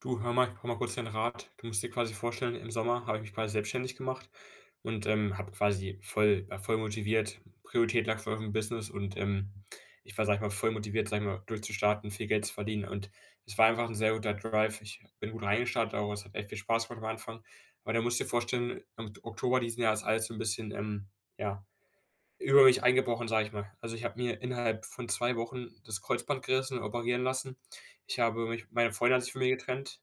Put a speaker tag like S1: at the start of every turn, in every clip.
S1: Du, hör mal, ich brauche mal kurz deinen Rat. Du musst dir quasi vorstellen, im Sommer habe ich mich quasi selbstständig gemacht und war voll motiviert. Priorität lag voll auf dem Business, und ich war, sag ich mal, voll motiviert, sag ich mal, durchzustarten, viel Geld zu verdienen. Und es war einfach ein sehr guter Drive. Ich bin gut reingestartet, aber es hat echt viel Spaß gemacht am Anfang. Aber da musst du dir vorstellen, im Oktober diesen Jahres alles so ein bisschen, ja, über mich eingebrochen, sage ich mal. Also, ich habe mir innerhalb von 2 Wochen das Kreuzband gerissen und operieren lassen. Ich habe mich meine Freundin hat sich von mir getrennt,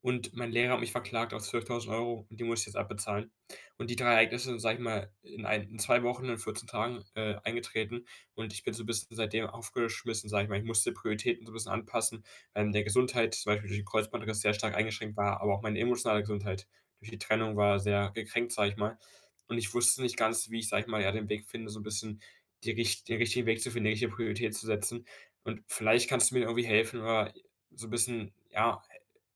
S1: und mein Lehrer hat mich verklagt auf 12.000 Euro, und die muss ich jetzt abbezahlen. Und die 3 Ereignisse sind, sage ich mal, in 2 Wochen, in 14 Tagen, eingetreten, und ich bin so ein bisschen seitdem aufgeschmissen, sage ich mal. Ich musste Prioritäten so ein bisschen anpassen, weil meine Gesundheit zum Beispiel durch den Kreuzbandriss sehr stark eingeschränkt war, aber auch meine emotionale Gesundheit durch die Trennung war sehr gekränkt, sage ich mal. Und ich wusste nicht ganz, wie ich, sage ich mal, ja, den Weg finde, so ein bisschen die richt den richtigen Weg zu finden, die richtige Priorität zu setzen. Und vielleicht kannst du mir irgendwie helfen oder so ein bisschen, ja,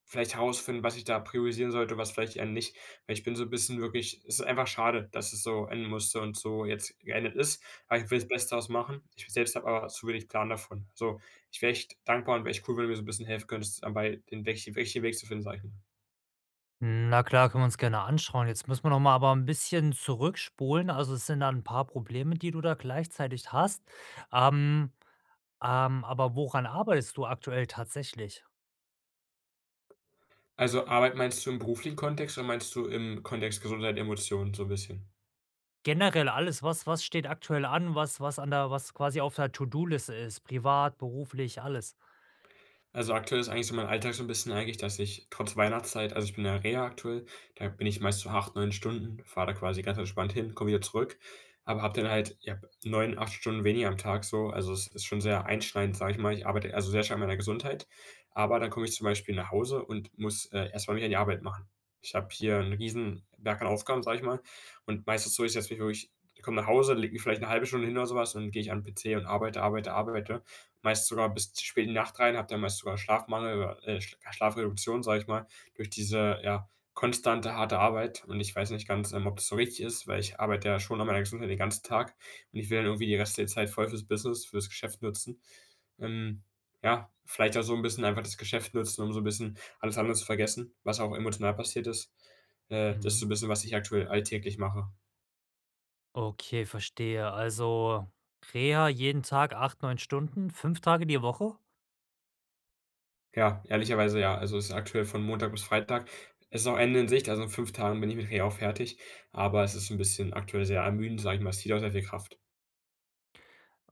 S1: vielleicht herausfinden, was ich da priorisieren sollte, was vielleicht eher nicht. Weil ich bin so ein bisschen wirklich, es ist einfach schade, dass es so enden musste und so jetzt geendet ist. Aber ich will das Beste draus machen. Ich selbst habe aber zu wenig Plan davon. So, ich wäre echt dankbar, und wäre echt cool, wenn du mir so ein bisschen helfen könntest, dabei den richtigen Weg zu finden, sage ich mal.
S2: Na klar, können wir uns gerne anschauen. Jetzt müssen wir noch mal aber ein bisschen zurückspulen. Also, es sind da ein paar Probleme, die du da gleichzeitig hast. Ähm, aber woran arbeitest du aktuell tatsächlich?
S1: Also, Arbeit meinst du im beruflichen Kontext, oder meinst du im Kontext Gesundheit, Emotionen so ein bisschen?
S2: Generell alles, was steht aktuell an, was quasi auf der To-do-Liste ist, privat, beruflich, alles?
S1: Also, aktuell ist eigentlich so mein Alltag so ein bisschen eigentlich, dass ich trotz Weihnachtszeit, also, ich bin in der Reha aktuell, da bin ich meist so 8 9 Stunden, fahre da quasi ganz entspannt hin, komme wieder zurück, aber habe dann halt, ja, 9, 8 Stunden weniger am Tag so. Also, es ist schon sehr einschneidend, sage ich mal. Ich arbeite also sehr stark an meiner Gesundheit, aber dann komme ich zum Beispiel nach Hause und muss, erst mich an die Arbeit machen. Ich habe hier einen riesen Berg an Aufgaben, sage ich mal, und meist ist es so, ich komme nach Hause, lege mich vielleicht eine halbe Stunde hin oder sowas, und gehe ich an 'n PC und arbeite, arbeite, arbeite, meist sogar bis spät in die Nacht rein, habe dann meist sogar Schlafmangel, Schlafreduktion, sage ich mal, durch diese, ja, konstante harte Arbeit. Und ich weiß nicht ganz, ob das so richtig ist, weil ich arbeite ja schon an meiner Gesundheit den ganzen Tag, und ich will dann irgendwie die restliche Zeit voll fürs Business, fürs Geschäft nutzen. Ähm, ja, vielleicht auch so ein bisschen einfach das Geschäft nutzen, um so ein bisschen alles andere zu vergessen, was auch emotional passiert ist. Das ist so ein
S2: Mhm.
S1: bisschen, was ich aktuell alltäglich mache.
S2: Okay, verstehe. Also, Reha jeden Tag 8, 9 Stunden, 5 Tage die Woche?
S1: Ja, ehrlicherweise ja. Also, es ist aktuell von Montag bis Freitag. Es ist auch Ende in Sicht, also in 5 Tagen bin ich mit Reha auch fertig, aber es ist ein bisschen aktuell sehr ermüdend, sage ich mal. Es zieht auch sehr viel Kraft.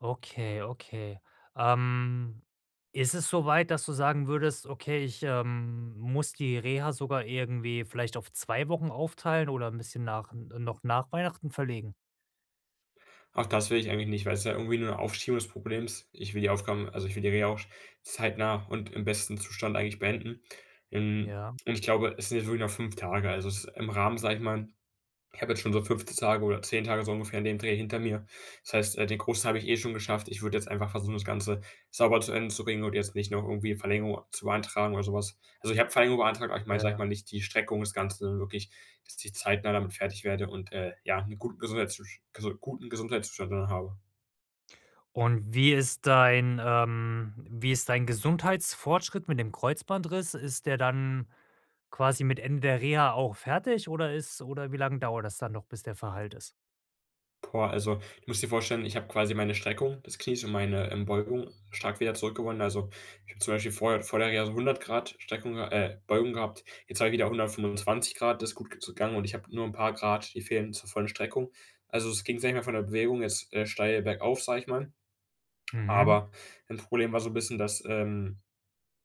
S2: Okay, okay. Ähm, Ist es so weit, dass du sagen würdest: „Okay, ich, muss die Reha sogar irgendwie vielleicht auf 2 Wochen aufteilen oder ein bisschen nach noch nach Weihnachten verlegen?“
S1: Auch das will ich eigentlich nicht, weil es ist ja irgendwie nur eine Aufschiebung des Problems. Ich will die Aufgaben, also, ich will die Reha auch zeitnah und im besten Zustand eigentlich beenden. Ähm,
S2: Ja,
S1: und ich glaube, es sind jetzt wirklich noch 5 Tage. Also, es ist im Rahmen, sage ich mal. Ich habe jetzt schon so 15 Tage oder 10 Tage so ungefähr in dem Dreh hinter mir. Das heißt, den Großteil habe ich eh schon geschafft. Ich würde jetzt einfach versuchen, das Ganze sauber zu Ende zu bringen und jetzt nicht noch irgendwie Verlängerung zu beantragen oder sowas. Also, ich habe Verlängerung beantragt, aber ich meine, sage ich
S2: ja.
S1: mal, nicht die Streckung des Ganzen, sondern wirklich, dass ich zeitnah damit fertig werde und, ja, einen guten Gesundheitszustand dann habe.
S2: Und wie ist dein Gesundheitsfortschritt mit dem Kreuzbandriss? Ist der dann quasi mit Ende der Reha auch fertig oder wie lange dauert das dann noch, bis der verheilt ist?
S1: Boah, also, du musst dir vorstellen, ich habe quasi meine Streckung des Knies und meine, Beugung stark wieder zurückgewonnen. Also, ich habe zum Beispiel vorher vor der Reha so 100 Grad Streckung Beugung gehabt. Jetzt habe ich wieder 125 Grad, das ist gut gegangen, und ich habe nur ein paar Grad, die fehlen zur vollen Streckung. Also, es ging, sage ich mal, von der Bewegung jetzt, steil bergauf, sage ich mal.
S2: Mhm,
S1: Aber ein Problem war so ein bisschen, dass,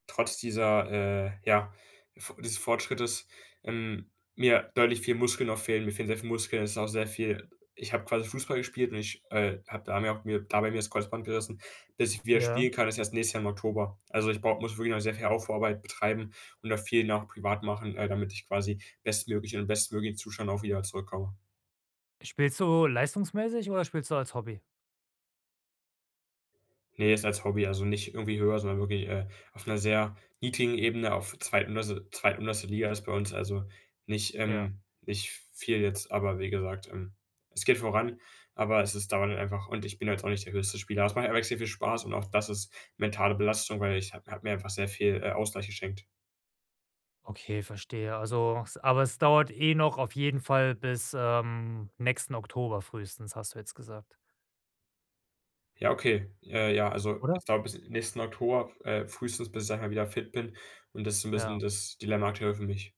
S1: trotz ja, v dieses Fortschrittes, ähm, mir deutlich viel Muskeln noch fehlen. Mir fehlen sehr viel Muskeln. Es ist auch sehr viel Ich habe quasi Fußball gespielt, und ich, habe da mir auch mir dabei mir das Kreuzband gerissen. Bis ich wieder spielen
S2: ja.
S1: kann, ist erst nächstes Jahr im Oktober. Also, ich brau muss wirklich noch sehr viel Aufbauarbeit betreiben und da viel noch privat machen, damit ich quasi bestmöglich in den bestmöglichen Zustand auch wieder zurückkomme.
S2: Spielst du leistungsmäßig oder spielst du als Hobby?
S1: Ne, jetzt als Hobby, also nicht irgendwie höher, sondern wirklich, auf 'ner sehr niedrigen Ebene, auf zweitunterste Liga ist bei uns, also nicht,
S2: Ja.
S1: nicht viel jetzt, aber wie gesagt, es geht voran, aber es ist, dauert halt einfach, und ich bin jetzt auch nicht der höchste Spieler. Es macht aber extrem viel Spaß, und auch das ist mentale Belastung, weil ich habe mir einfach sehr viel, Ausgleich geschenkt.
S2: Okay, verstehe. Also, s aber es dauert eh noch auf jeden Fall bis, nächsten Oktober frühestens, hast du jetzt gesagt,
S1: Ja, okay. Ja, also
S2: oder?
S1: es dauert bis nächsten Oktober, frühestens, bis ich, sage ich mal, wieder fit bin, und das ist so 'n
S2: Ja,
S1: bisschen das Dilemma aktuell für mich.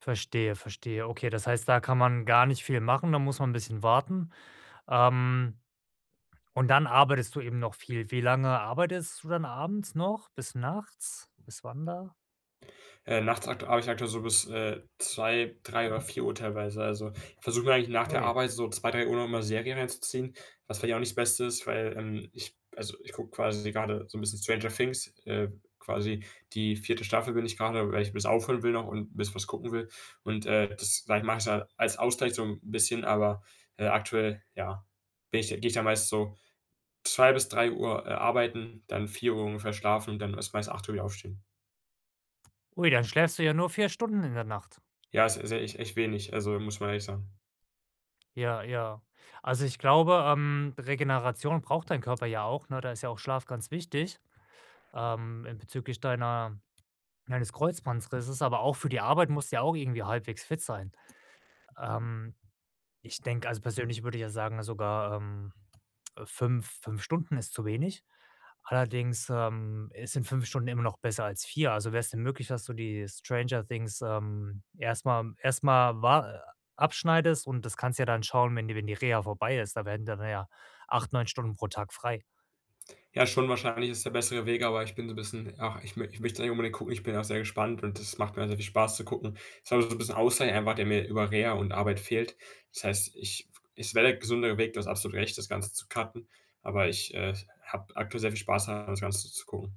S2: verstehe, verstehe. Okay, das heißt, da kann man gar nicht viel machen, da muss man ein bisschen warten. Ähm, und dann arbeitest du eben noch viel. Wie lange arbeitest du dann abends noch? Bis nachts? Bis wann da?
S1: Nachts akt arbeite ich aktuell so bis, 2, 3 oder 4 Uhr teilweise. Also, ich versuche mir eigentlich nach der
S2: Ui.
S1: Arbeit so 2, 3 Uhr noch mal Serie reinzuziehen, was vielleicht auch nicht das Beste ist, weil, ich, also, ich gucke quasi gerade so ein bisschen Stranger Things, quasi die vierte Staffel bin ich gerade, weil ich 'n bisschen aufhören will noch und 'n bisschen was gucken will. Und, das sage ich, mache ich da als Ausgleich so ein bisschen, aber, aktuell, ja, bin ich gehe ich da meist so 2 bis 3, arbeiten, dann 4 ungefähr schlafen und dann erst meist 8 Uhr wieder aufstehen.
S2: Ui, dann schläfst du ja nur 4 Stunden in der Nacht.
S1: Ja, ist ja echt echt wenig, also muss man ehrlich sagen.
S2: Ja, ja. Also, ich glaube, Regeneration braucht dein Körper ja auch, ne? Da ist ja auch Schlaf ganz wichtig. In Bezüglich deiner deines Kreuzbandrisses, aber auch für die Arbeit musst du ja auch irgendwie halbwegs fit sein. Ähm, Ich denke also, persönlich würde ich ja sagen, sogar, fünf 5 Stunden ist zu wenig. Allerdings, es sind 5 Stunden immer noch besser als 4. Also, wäre es denn möglich, dass du die Stranger Things, erstmal mal wa abschneidest und das kannst ja dann schauen, wenn die Reha vorbei ist. Da werden dann ja 8 9 Stunden pro Tag frei.
S1: Ja, schon wahrscheinlich ist der bessere Weg, aber ich bin so 'n bisschen, ach, ich möchte eigentlich unbedingt gucken. Ich bin auch sehr gespannt, und das macht mir sehr viel Spaß zu gucken. Ist aber so 'n bisschen Ausgleich einfach, der mir über Reha und Arbeit fehlt. Das heißt, ich, es wäre der gesündere Weg, du hast absolut recht, das Ganze zu cutten, aber ich, habe aktuell sehr viel Spaß daran, das Ganze zu gucken.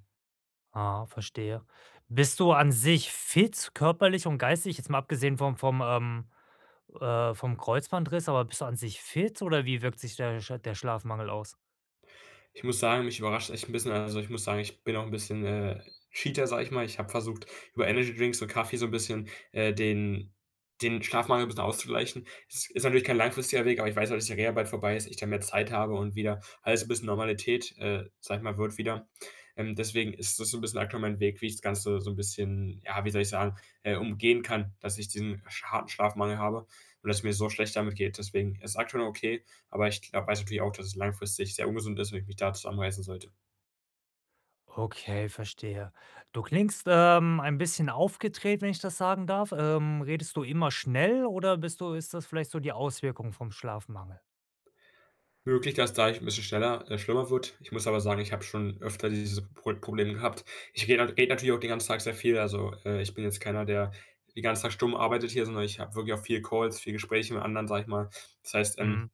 S2: Ah, verstehe. Bist du an sich fit, körperlich und geistig, jetzt mal abgesehen vom Kreuzbandriss, aber bist du an sich fit oder wie wirkt sich der Schlafmangel aus?
S1: Ich muss sagen, mich überrascht's echt 'n bisschen. Also, ich muss sagen, ich bin auch 'n bisschen, Cheater, sage ich mal. Ich habe versucht, über Energy Drinks und Kaffee so 'n bisschen, den Schlafmangel bisschen auszugleichen. Es ist natürlich kein langfristiger Weg, aber ich weiß halt, dass die Reha bald vorbei ist, ich dann mehr Zeit habe und wieder alles 'n bisschen Normalität, sage ich mal, wird wieder. Deswegen ist das so 'n bisschen aktuell mein Weg, wie ich das Ganze so 'n bisschen, ja, wie soll ich sagen, umgehen kann, dass ich diesen sch harten Schlafmangel habe und dass mir so schlecht damit geht. Deswegen ist aktuell okay. Aber ich gla weiß natürlich auch, dass es langfristig sehr ungesund ist, wenn ich mich da zusammenreißen sollte.
S2: Okay, verstehe. Du klingst, ein bisschen aufgedreht, wenn ich das sagen darf. Redest du immer schnell oder bist du ist das vielleicht so die Auswirkung vom Schlafmangel?
S1: Möglich, dass da ich ein bisschen schneller, schlimmer wird. Ich muss aber sagen, ich habe schon öfter dieses Problem gehabt. Ich rede natürlich auch den ganzen Tag sehr viel. Also, ich bin jetzt keiner, der den ganzen Tag stumm arbeitet hier, sondern ich habe wirklich auch viel Calls, viel Gespräche mit anderen, sage ich mal. Das heißt,
S2: Mhm,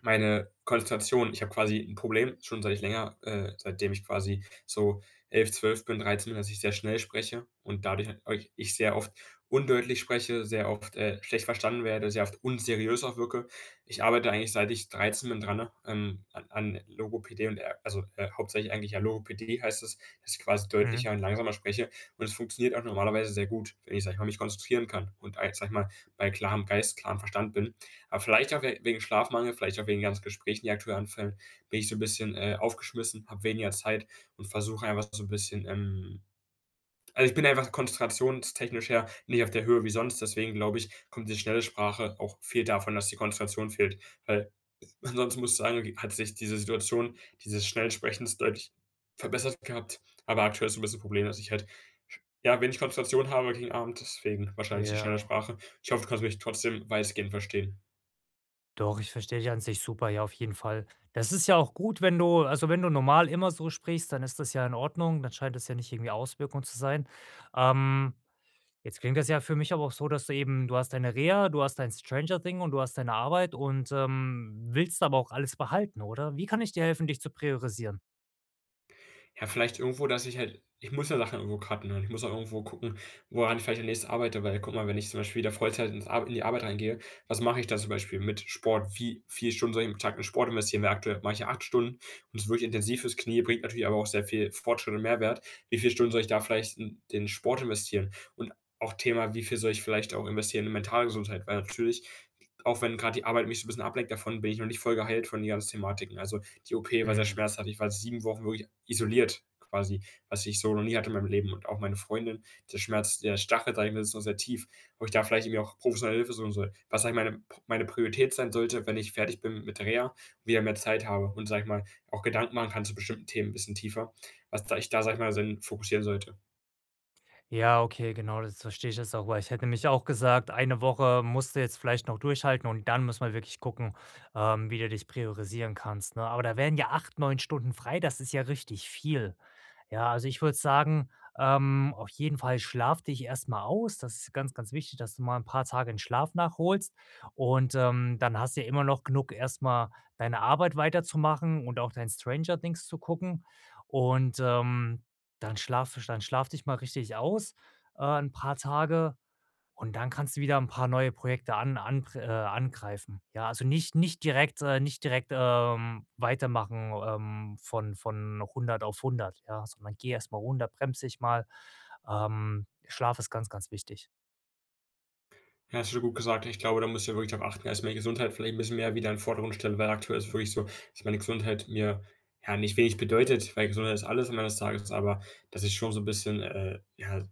S1: meine Konzentration, ich habe quasi ein Problem, schon seitdem ich quasi so 11, zwölf, dreizehn, bin, dass ich sehr schnell spreche und dadurch halt ich sehr oft undeutlich spreche, sehr oft, schlecht verstanden werde, sehr oft unseriös auch wirke. Ich arbeite eigentlich, seit ich 13 bin, dran, ne, an Logopädie und, also, hauptsächlich eigentlich ja Logopädie heißt es, dass ich quasi
S2: mhm,
S1: deutlicher und langsamer spreche, und es funktioniert auch normalerweise sehr gut, wenn ich, sage ich mal, mich konzentrieren kann und, sage ich mal, bei klarem Geist, klarem Verstand bin. Aber vielleicht auch we wegen Schlafmangel, vielleicht auch wegen den ganzen Gesprächen, die aktuell anfallen, bin ich so ein bisschen, aufgeschmissen, habe weniger Zeit und versuche einfach so ein bisschen, also, ich bin einfach konzentrationstechnisch her nicht auf der Höhe wie sonst. Deswegen glaube ich, kommt diese schnelle Sprache auch viel davon, dass die Konzentration fehlt. Weil ansonsten muss ich sagen, okay, hat sich diese Situation dieses schnellen Sprechens deutlich verbessert gehabt. Aber aktuell ist so 'n bisschen ein Problem, dass ich halt, ja, wenig Konzentration habe gegen Abend, deswegen wahrscheinlich die schnelle
S2: ja.
S1: Sprache. Ich hoffe, du kannst mich trotzdem weitestgehend verstehen.
S2: Doch, ich verstehe dich an sich super, ja, auf jeden Fall. Das ist ja auch gut, wenn du wenn du normal immer so sprichst, dann ist das ja in Ordnung, dann scheint das ja nicht irgendwie Auswirkung zu sein. Ähm, Jetzt klingt das ja für mich aber auch so, dass du hast deine Reha, du hast dein Stranger Thing und du hast deine Arbeit und, willst aber auch alles behalten, oder? Wie kann ich dir helfen, dich zu priorisieren?
S1: Ja, vielleicht irgendwo, dass ich halt, ich muss ja Sachen irgendwo cutten und ich muss auch irgendwo gucken, woran ich vielleicht am nächsten arbeite. Weil guck mal, wenn ich zum Beispiel wieder Vollzeit ins Ar in die Arbeit reingehe, was mache ich da zum Beispiel mit Sport? Wie viele Stunden soll ich am Tag in Sport investieren? Weil aktuell mache ich ja 8 Stunden, und es ist wirklich intensiv fürs Knie, bringt natürlich aber auch sehr viel Fortschritt und Mehrwert. Wie viele Stunden soll ich da vielleicht in den Sport investieren? Und auch Thema, wie viel soll ich vielleicht auch investieren in mentale Gesundheit? Weil natürlich, auch wenn gerade die Arbeit mich so 'n bisschen ablenkt davon, bin ich noch nicht voll geheilt von den ganzen Thematiken. Also, die OP war sehr
S2: Mhm.
S1: Schmerz hatte. Ich war sieben Wochen wirklich isoliert quasi, was ich so noch nie hatte in meinem Leben. Und auch meine Freundin, der Schmerz, der Stachel, sag ich mir, ist noch sehr tief, wo ich da vielleicht irgendwie auch professionelle Hilfe suchen soll. Was, sag ich, meine Priorität sein sollte, wenn ich fertig bin mit Reha, und wieder mehr Zeit habe und, sag ich mal, auch Gedanken machen kann zu bestimmten Themen ein bisschen tiefer, was da ich da, sag ich mal, dann fokussieren sollte.
S2: Ja, okay, genau, das verstehe ich jetzt auch, weil ich hätte nämlich auch gesagt, eine Woche musst du jetzt vielleicht noch durchhalten und dann muss man wirklich gucken, wie du dich priorisieren kannst, ne? Aber da wären ja 8, 9 Stunden frei, das ist ja richtig viel. Ja, also ich würde sagen, auf jeden Fall schlaf dich erst mal aus. Das ist ganz, ganz wichtig, dass du mal ein paar Tage den Schlaf nachholst und, dann hast du ja immer noch genug, erst mal deine Arbeit weiterzumachen und auch dein Stranger Things zu gucken und, dann schlaf dich mal richtig aus, 'n paar Tage und dann kannst du wieder ein paar neue Projekte an anpr angreifen. Ja, also nicht direkt, weitermachen, von hundert auf hundert, ja, sondern geh erst mal runter, bremse dich mal. Schlaf ist ganz, ganz wichtig.
S1: Ja, hast du gut gesagt. Ich glaube, da muss ich ja wirklich darauf achten, dass ich meine Gesundheit vielleicht ein bisschen mehr wieder in den Vordergrund stelle, weil aktuell ist es wirklich so, dass meine Gesundheit mir, ja, nicht wenig bedeutet, weil Gesundheit ist alles am Ende des Tages. Aber dass ich schon so ein bisschen, ja,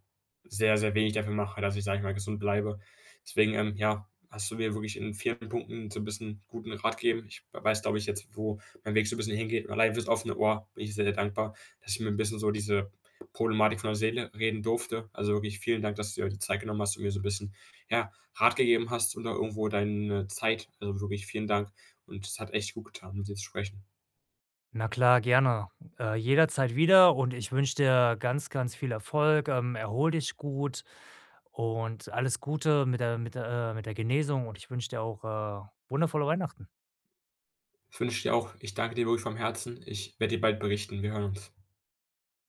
S1: sehr, sehr wenig dafür mache, dass ich, sage ich mal, gesund bleibe. Deswegen, ja, hast du mir wirklich in vielen Punkten so ein bisschen guten Rat gegeben. Ich weiß, glaube ich, jetzt, wo mein Weg so ein bisschen hingeht. Und allein fürs offene Ohr bin ich sehr, sehr dankbar, dass ich mir ein bisschen so diese Problematik von der Seele reden durfte. Also wirklich vielen Dank, dass du dir die Zeit genommen hast und mir so ein bisschen, ja, Rat gegeben hast und auch irgendwo deine Zeit. Also wirklich vielen Dank, und es hat echt gut getan, mit dir zu sprechen.
S2: Na klar, gerne. Jederzeit wieder und ich wünsche dir ganz, ganz viel Erfolg. Erhol dich gut und alles Gute mit der Genesung und ich wünsche dir auch wundervolle Weihnachten.
S1: Ich wünsche ich dir auch, ich danke dir wirklich vom Herzen. Ich werde dir bald berichten. Wir hören uns.